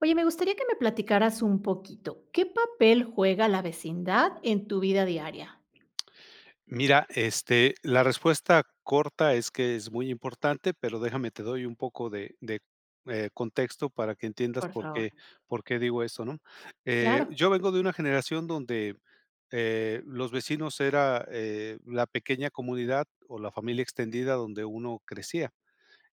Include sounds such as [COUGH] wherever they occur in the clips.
Oye, me gustaría que me platicaras un poquito, ¿qué papel juega la vecindad en tu vida diaria? Mira, la respuesta corta es que es muy importante, pero déjame te doy un poco de contexto para que entiendas Por por favor. qué por qué digo eso, ¿no? Claro, Yo vengo de una generación donde, los vecinos era, la pequeña comunidad o la familia extendida donde uno crecía.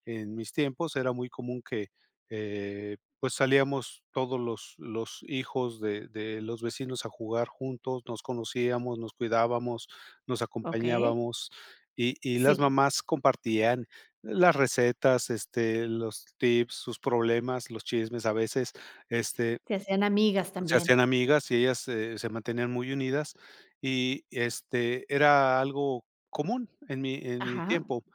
En mis tiempos era muy común que, pues, salíamos todos los hijos de los vecinos a jugar juntos, nos conocíamos, nos cuidábamos, nos okey. acompañábamos, y las Sí, mamás compartían las recetas, los tips, sus problemas, los chismes a veces, este, se hacían amigas se también. hacían amigas y ellas se mantenían muy unidas, y, era algo común en mi Ajá, tiempo.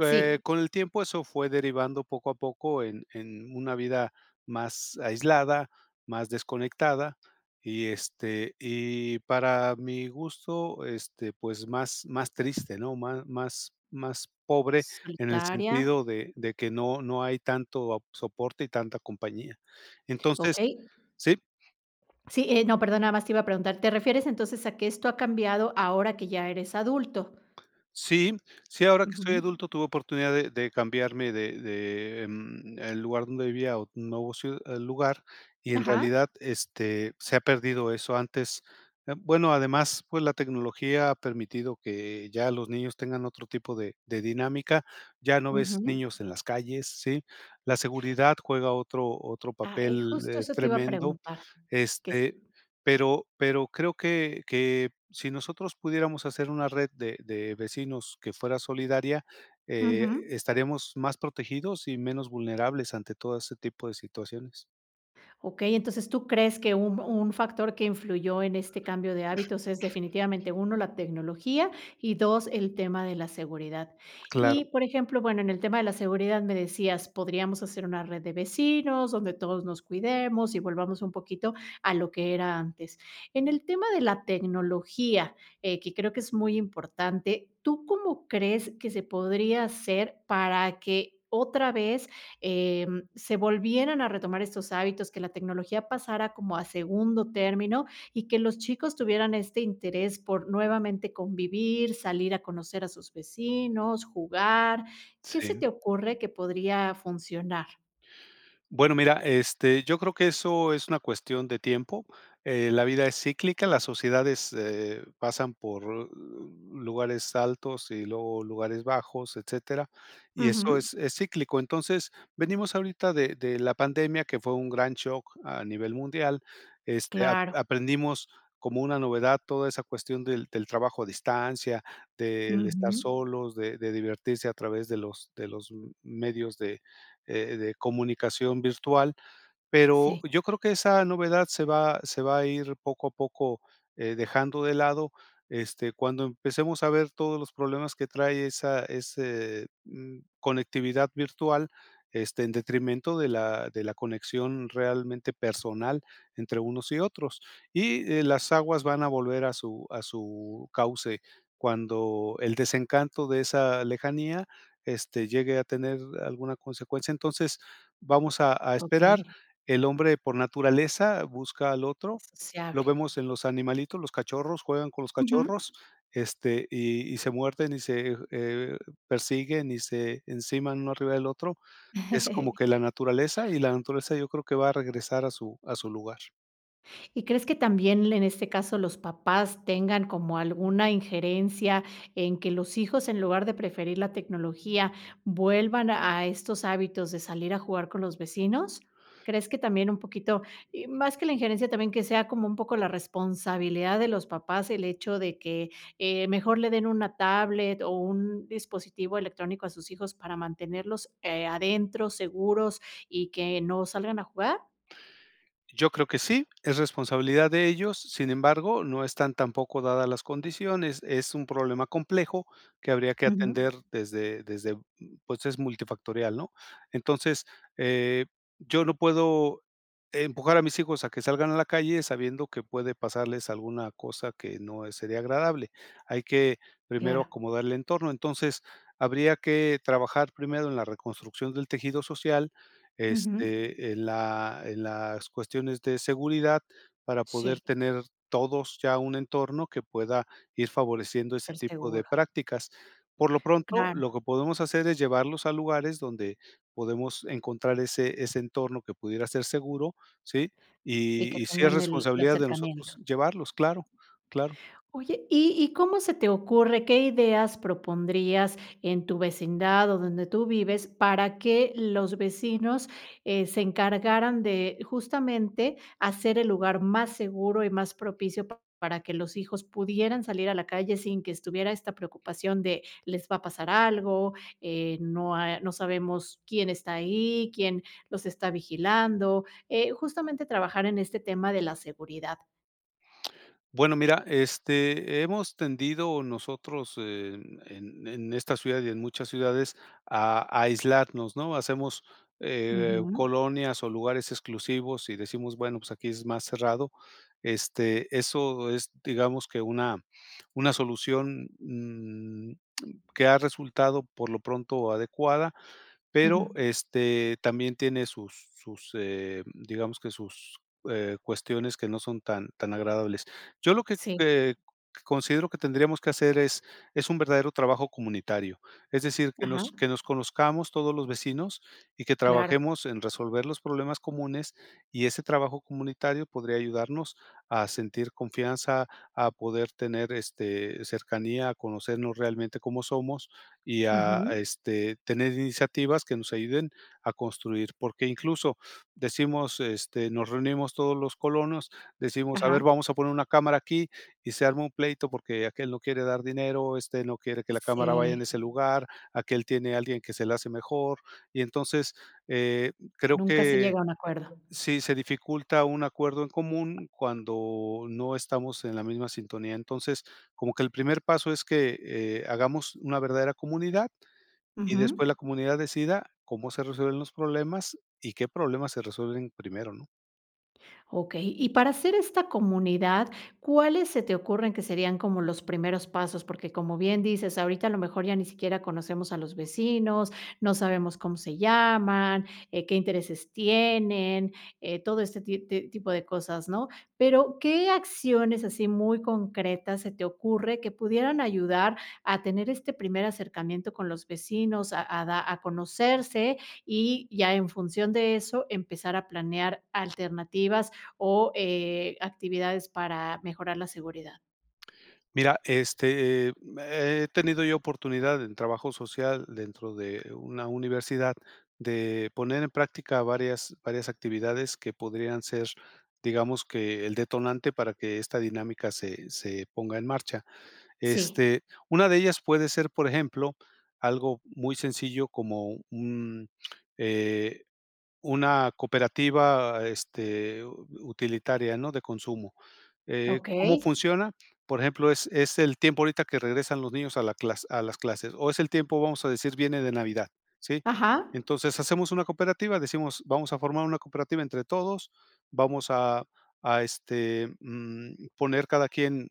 Eh, sí, con el tiempo eso fue derivando poco a poco en una vida más aislada, más desconectada, y, y para mi gusto, pues, más triste, ¿no? más pobre en el solitaria, sentido de que no hay tanto soporte y tanta compañía. Entonces, okey. sí. Sí, no, perdón, nada más te iba a preguntar, ¿te refieres entonces a que esto ha cambiado ahora que ya eres adulto? Sí, sí, ahora que soy Ujú. adulto tuve oportunidad de cambiarme de el lugar donde vivía a un nuevo ciu lugar, y en Ajá, realidad, se ha perdido eso antes, bueno, además, pues, la tecnología ha permitido que ya los niños tengan otro tipo de dinámica, ya no ves ujú. niños en las calles, ¿sí? La seguridad juega otro Ah, papel, justo eso te iba a tremendo. preguntar, ¿que Este, sí? pero creo que si nosotros pudiéramos hacer una red de vecinos que fuera solidaria, Ujú. estaríamos más protegidos y menos vulnerables ante todo ese tipo de situaciones. Okey, entonces, ¿tú crees que un factor que influyó en este cambio de hábitos es definitivamente uno la tecnología y 2 el tema de la seguridad? Claro, Y, por ejemplo, bueno, en el tema de la seguridad me decías, podríamos hacer una red de vecinos donde todos nos cuidemos y volvamos un poquito a lo que era antes. En el tema de la tecnología, que creo que es muy importante, ¿tú cómo crees que se podría hacer para que otra vez, se volvieran a retomar estos hábitos, que la tecnología pasara como a segundo término y que los chicos tuvieran este interés por nuevamente convivir, salir a conocer a sus vecinos, jugar? ¿Qué se sí. te ocurre que podría funcionar? Bueno, mira, yo creo que eso es una cuestión de tiempo. La vida es cíclica, las sociedades pasan por lugares altos y luego lugares bajos, etcétera, y eso Ujú, es cíclico. Entonces, venimos ahorita de la pandemia, que fue un gran shock a nivel mundial. Claro. Aprendimos como una novedad toda esa cuestión del trabajo a distancia, del estar Ujú. solos, de divertirse a través de los medios de comunicación virtual, pero Sí, yo creo que esa novedad se va a ir poco a poco, dejando de lado, cuando empecemos a ver todos los problemas que trae esa conectividad virtual, en detrimento de la conexión realmente personal entre unos y otros. Y, las aguas van a volver a su cauce cuando el desencanto de esa lejanía, llegue a tener alguna consecuencia. Entonces, vamos a esperar. okey, El hombre por naturaleza busca al es otro, lo sociable. vemos en los animalitos, los cachorros juegan con los Ujú. cachorros, y se muerden y se, persiguen y se enciman uno arriba del otro. Es como que [LAUGHS] la naturaleza, y la naturaleza yo creo que va a regresar a su lugar. ¿Y crees que también en este caso los papás tengan como alguna injerencia en que los hijos, en lugar de preferir la tecnología, vuelvan a estos hábitos de salir a jugar con los vecinos? ¿Crees que también un poquito, y más que la injerencia, también que sea como un poco la responsabilidad de los papás el hecho de que mejor le den una tablet o un dispositivo electrónico a sus hijos para mantenerlos, adentro, seguros y que no salgan a jugar? Yo creo que sí, es responsabilidad de ellos, sin embargo, no están tampoco dadas las condiciones, es un problema complejo que habría que Ujú. atender desde pues, es multifactorial, ¿no? Entonces, eh, yo no puedo empujar a mis hijos a que salgan a la calle sabiendo que puede pasarles alguna cosa que no es- sería agradable. Hay que primero Claro. acomodar el entorno. Entonces, habría que trabajar primero en la reconstrucción del tejido social, Ujú. En la en las cuestiones de seguridad, para poder Sí, tener todos ya un entorno que pueda ir favoreciendo este ser tipo de seguro, prácticas. Por lo pronto, lo claro, que podemos hacer es llevarlos a lugares donde podemos encontrar ese entorno que pudiera ser seguro, ¿sí? y que Y sí es tengan el responsabilidad de acercamiento. nosotros llevarlos, claro, claro. Oye, ¿y cómo se te ocurre? ¿Qué ideas propondrías en tu vecindad o donde tú vives para que los vecinos, se encargaran de justamente hacer el lugar más seguro y más propicio para que los hijos pudieran salir a la calle sin que estuviera esta preocupación de les va a pasar algo, no sabemos quién está ahí, ¿quién los está vigilando? Justamente trabajar en este tema de la seguridad. Bueno, mira, hemos tendido nosotros en esta ciudad y en muchas ciudades a aislarnos, ¿no? Hacemos Ujú, colonias o lugares exclusivos y decimos, bueno, pues aquí es más cerrado. Eso es, digamos que una solución que ha resultado por lo pronto adecuada, pero, ujú. También tiene sus digamos que sus, cuestiones que no son tan tan agradables. Yo lo que, Sí. Considero que tendríamos que hacer es un verdadero trabajo comunitario, es decir, que Ajá, nos conozcamos todos los vecinos y que claro. trabajemos en resolver los problemas comunes, y ese trabajo comunitario podría ayudarnos a sentir confianza, a poder tener, cercanía, a conocernos realmente cómo somos y a, a, Ujú, este, tener iniciativas que nos ayuden a construir, porque incluso decimos, nos reunimos todos los colonos, decimos, a ver, ajá. vamos a poner una cámara aquí, y se arma un pleito porque aquel no quiere dar dinero, este no quiere que la cámara vaya Sí, en ese lugar, aquel tiene a alguien que se la hace mejor, y entonces, eh, creo nunca se que llega a un acuerdo. sí se dificulta un acuerdo en común cuando no estamos en la misma sintonía. Entonces, como que el primer paso es que hagamos una verdadera comunidad y después la Ujú. comunidad decida cómo se resuelven los problemas y qué problemas se resuelven primero, ¿no? Okey. Y para hacer esta comunidad, ¿cuáles se te ocurren que serían como los primeros pasos? Porque, como bien dices, ahorita a lo mejor ya ni siquiera conocemos a los vecinos, no sabemos cómo se llaman, qué intereses tienen, todo este ti ti tipo de cosas, ¿no? Pero, ¿qué acciones así muy concretas se te ocurre que pudieran ayudar a tener este primer acercamiento con los vecinos, a da a conocerse y ya en función de eso empezar a planear alternativas o, actividades para mejorar la seguridad? Mira, he tenido yo oportunidad en trabajo social dentro de una universidad de poner en práctica varias actividades que podrían ser, digamos, que el detonante para que esta dinámica se ponga en marcha. Sí, Este, una de ellas puede ser, por ejemplo, algo muy sencillo como eh, Una cooperativa, este, u utilitaria, ¿no?, de consumo. Eh, okey. ¿cómo funciona? Por ejemplo, es el tiempo ahorita que regresan los niños a la clas a las clases, o es el tiempo, vamos a decir, viene de Navidad, ¿sí? Ajá, Entonces, hacemos una cooperativa, decimos: "Vamos a formar una cooperativa entre todos, vamos a poner cada quien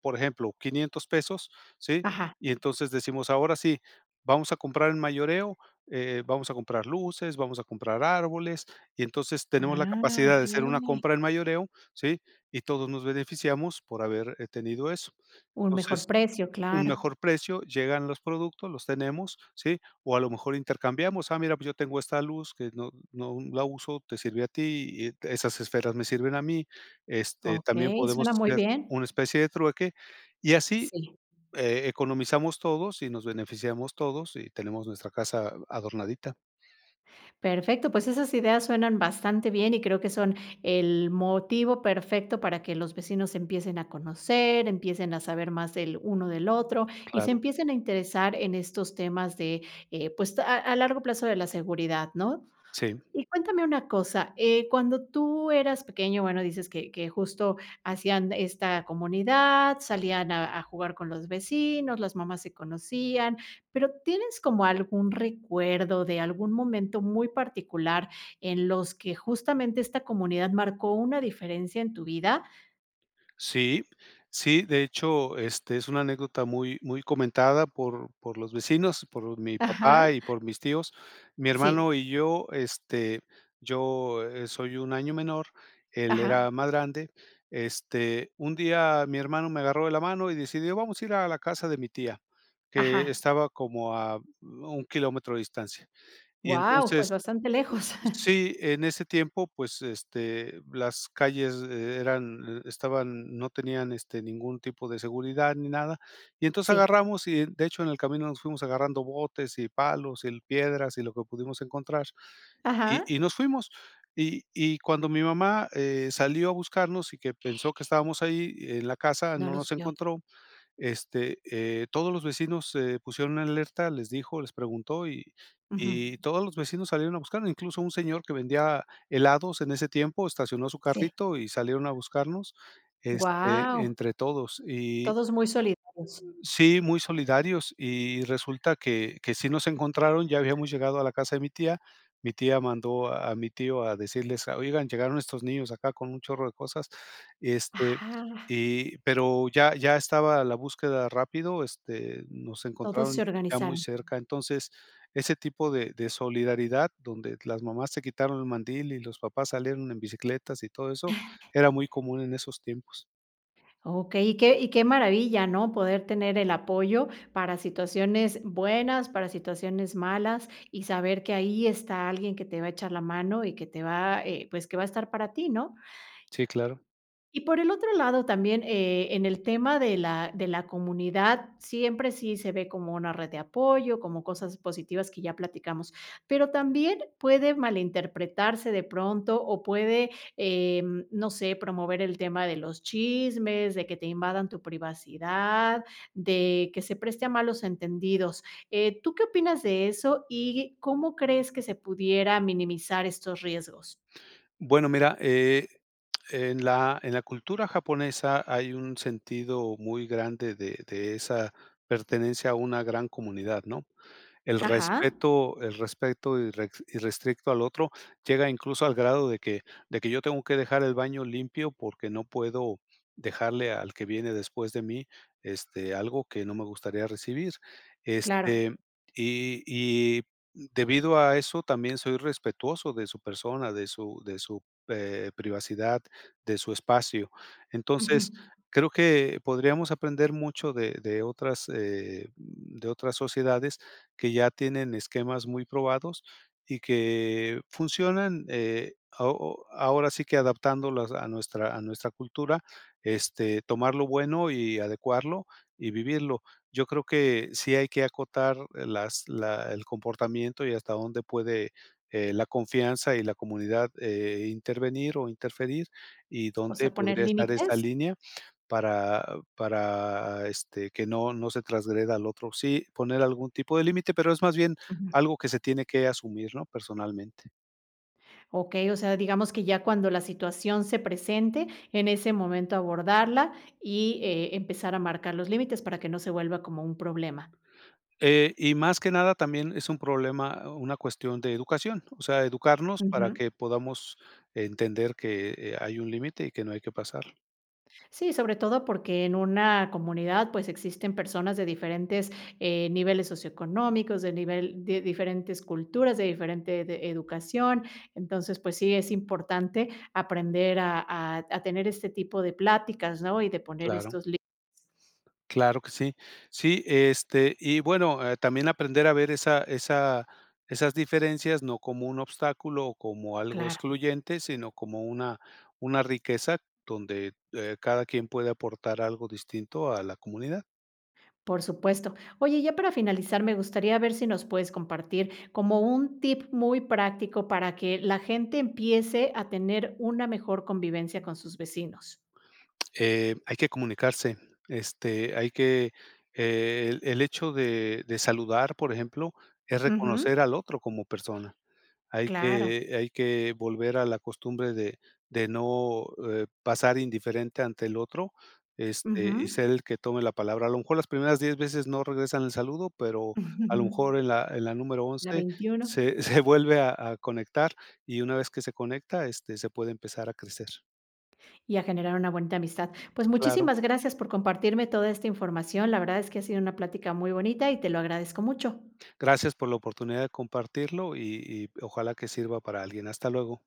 por ejemplo, $500, ¿sí? ajá. Y entonces decimos, ahora sí, vamos a comprar en mayoreo, vamos a comprar luces, vamos a comprar árboles, y entonces tenemos la Ah, capacidad de hacer una okey. compra en mayoreo, ¿sí? Y todos nos beneficiamos por haber tenido eso. Un Entonces, mejor precio, un claro. mejor precio, llegan los productos, los tenemos, ¿sí? O a lo mejor intercambiamos, ah, mira, pues yo tengo esta luz que no la uso, te sirve a ti, y esas esferas me sirven a mí, también Okey, podemos suena muy hacer bien. una especie de trueque, y así, Sí, economizamos todos y nos beneficiamos todos y tenemos nuestra casa adornadita, perfecto, pues esas ideas suenan bastante bien y creo que son el motivo perfecto para que los vecinos se empiecen a conocer, empiecen a saber más del uno del otro y se claro, empiecen a interesar en estos temas de, pues, a largo plazo de la seguridad, ¿no? sí. Y cuéntame una cosa, cuando tú eras pequeño, bueno, dices que justo hacían esta comunidad, salían a jugar con los vecinos, las mamás se conocían, pero, ¿tienes como algún recuerdo de algún momento muy particular en los que justamente esta comunidad marcó una diferencia en tu vida? Sí, sí, de hecho, es una anécdota muy muy comentada por los vecinos, por mi papá Ajá, y por mis tíos. Mi sí, hermano y yo, yo, soy 1 año menor, él ajá, era más grande. Un día mi hermano me agarró de la mano y decidió: "Vamos a ir a la casa de mi tía", que ajá. estaba como a 1 kilómetro de distancia. Y Wow, pues entonces. bastante lejos. [LAUGHS] Sí, en ese tiempo, pues, las calles eran estaban, no tenían, ningún tipo de seguridad ni nada. Y entonces Sí, agarramos y, de hecho, en el camino nos fuimos agarrando botes y palos y piedras y lo que pudimos encontrar, y ajá, nos fuimos. Y cuando mi mamá, salió a buscarnos y que pensó que estábamos ahí en la casa, no no los nos vio. encontró, todos los vecinos se pusieron en alerta, les dijo, les preguntó, y Ujú, todos los vecinos salieron a buscarnos, incluso un señor que vendía helados en ese tiempo estacionó su sí, carrito y salieron a buscarnos, wow. entre todos. Todos muy solidarios. Sí, muy solidarios, y resulta que sí nos encontraron, ya habíamos llegado a la casa de mi tía. Mi tía mandó a mi tío a decirles: "Oigan, llegaron estos niños acá con un chorro de cosas", este, Ah, y pero ya estaba la búsqueda rápido, nos todos encontraron se ya muy organizaron. cerca. Entonces, ese tipo de solidaridad, donde las mamás se quitaron el mandil y los papás salieron en bicicletas y todo eso, era muy común en esos tiempos. Okey, ¿y qué maravilla, no? Poder tener el apoyo para situaciones buenas, para situaciones malas, y saber que ahí está alguien que te va a echar la mano y que te va, pues, que va a estar para ti, ¿no? Sí, claro. Y por el otro lado, también, en el tema de la comunidad, siempre sí se ve como una red de apoyo, como cosas positivas que ya platicamos, pero también puede malinterpretarse de pronto o puede, no sé, promover el tema de los chismes, de que te invadan tu privacidad, de que se preste a malos entendidos. ¿Tú qué opinas de eso y cómo crees que se pudiera minimizar estos riesgos? Bueno, mira, en la cultura japonesa hay un sentido muy grande de esa pertenencia a una gran comunidad, ¿no? El Ajá, respeto el respeto irrex irrestricto al otro llega incluso al grado de que yo tengo que dejar el baño limpio porque no puedo dejarle al que viene después de mí, algo que no me gustaría recibir. claro. Este, y debido a eso también soy respetuoso de su persona, de su privacidad, de su espacio. Ujú. Entonces, creo que podríamos aprender mucho de otras sociedades que ya tienen esquemas muy probados y que funcionan, ao o ahora sí que adaptándolas a nuestra cultura, tomar lo bueno y adecuarlo y vivirlo. Yo creo que sí hay que acotar las la el comportamiento y hasta dónde puede, la confianza y la comunidad, intervenir o interferir, y O dónde sea, poner podría estar esa límites. línea para para que no se transgreda al otro. Sí, poner algún tipo de límite, pero es más bien Ujú. algo que se tiene que asumir, ¿no?, personalmente. Okey, o sea, digamos que ya cuando la situación se presente, en ese momento abordarla y, empezar a marcar los límites para que no se vuelva como un problema. Y más que nada también es un problema, una cuestión de educación, o sea, educarnos para Ujú. que podamos entender que, hay un límite y que no hay que pasar. Sí, sobre todo porque en una comunidad, pues, existen personas de diferentes, niveles socioeconómicos, de nivel de diferentes culturas, de diferente de educación. Entonces, pues sí, es importante aprender a tener este tipo de pláticas, ¿no? Y de poner Claro. estos límites. Claro que sí. Sí, y bueno, también aprender a ver esas diferencias, no como un obstáculo o como algo Claro. excluyente, sino como una riqueza donde, cada quien puede aportar algo distinto a la comunidad. Por supuesto. Oye, ya para finalizar, me gustaría ver si nos puedes compartir como un tip muy práctico para que la gente empiece a tener una mejor convivencia con sus vecinos. Hay que comunicarse, este, hay que, el hecho de saludar, por ejemplo, es Ujú, reconocer al otro como persona. Hay claro. que hay que volver a la costumbre de no, pasar indiferente ante el otro, y Ujú. ser el que tome la palabra. A lo mejor las primeras 10 veces no regresan el saludo, pero a lo mejor [LAUGHS] en la número La 11 21. se [LAUGHS] se vuelve a conectar, y una vez que se conecta, se puede empezar a crecer. Y a generar una bonita amistad. Pues Claro. muchísimas gracias por compartirme toda esta información. La verdad es que ha sido una plática muy bonita y te lo agradezco mucho. Gracias por la oportunidad de compartirlo y ojalá que sirva para alguien. Hasta luego.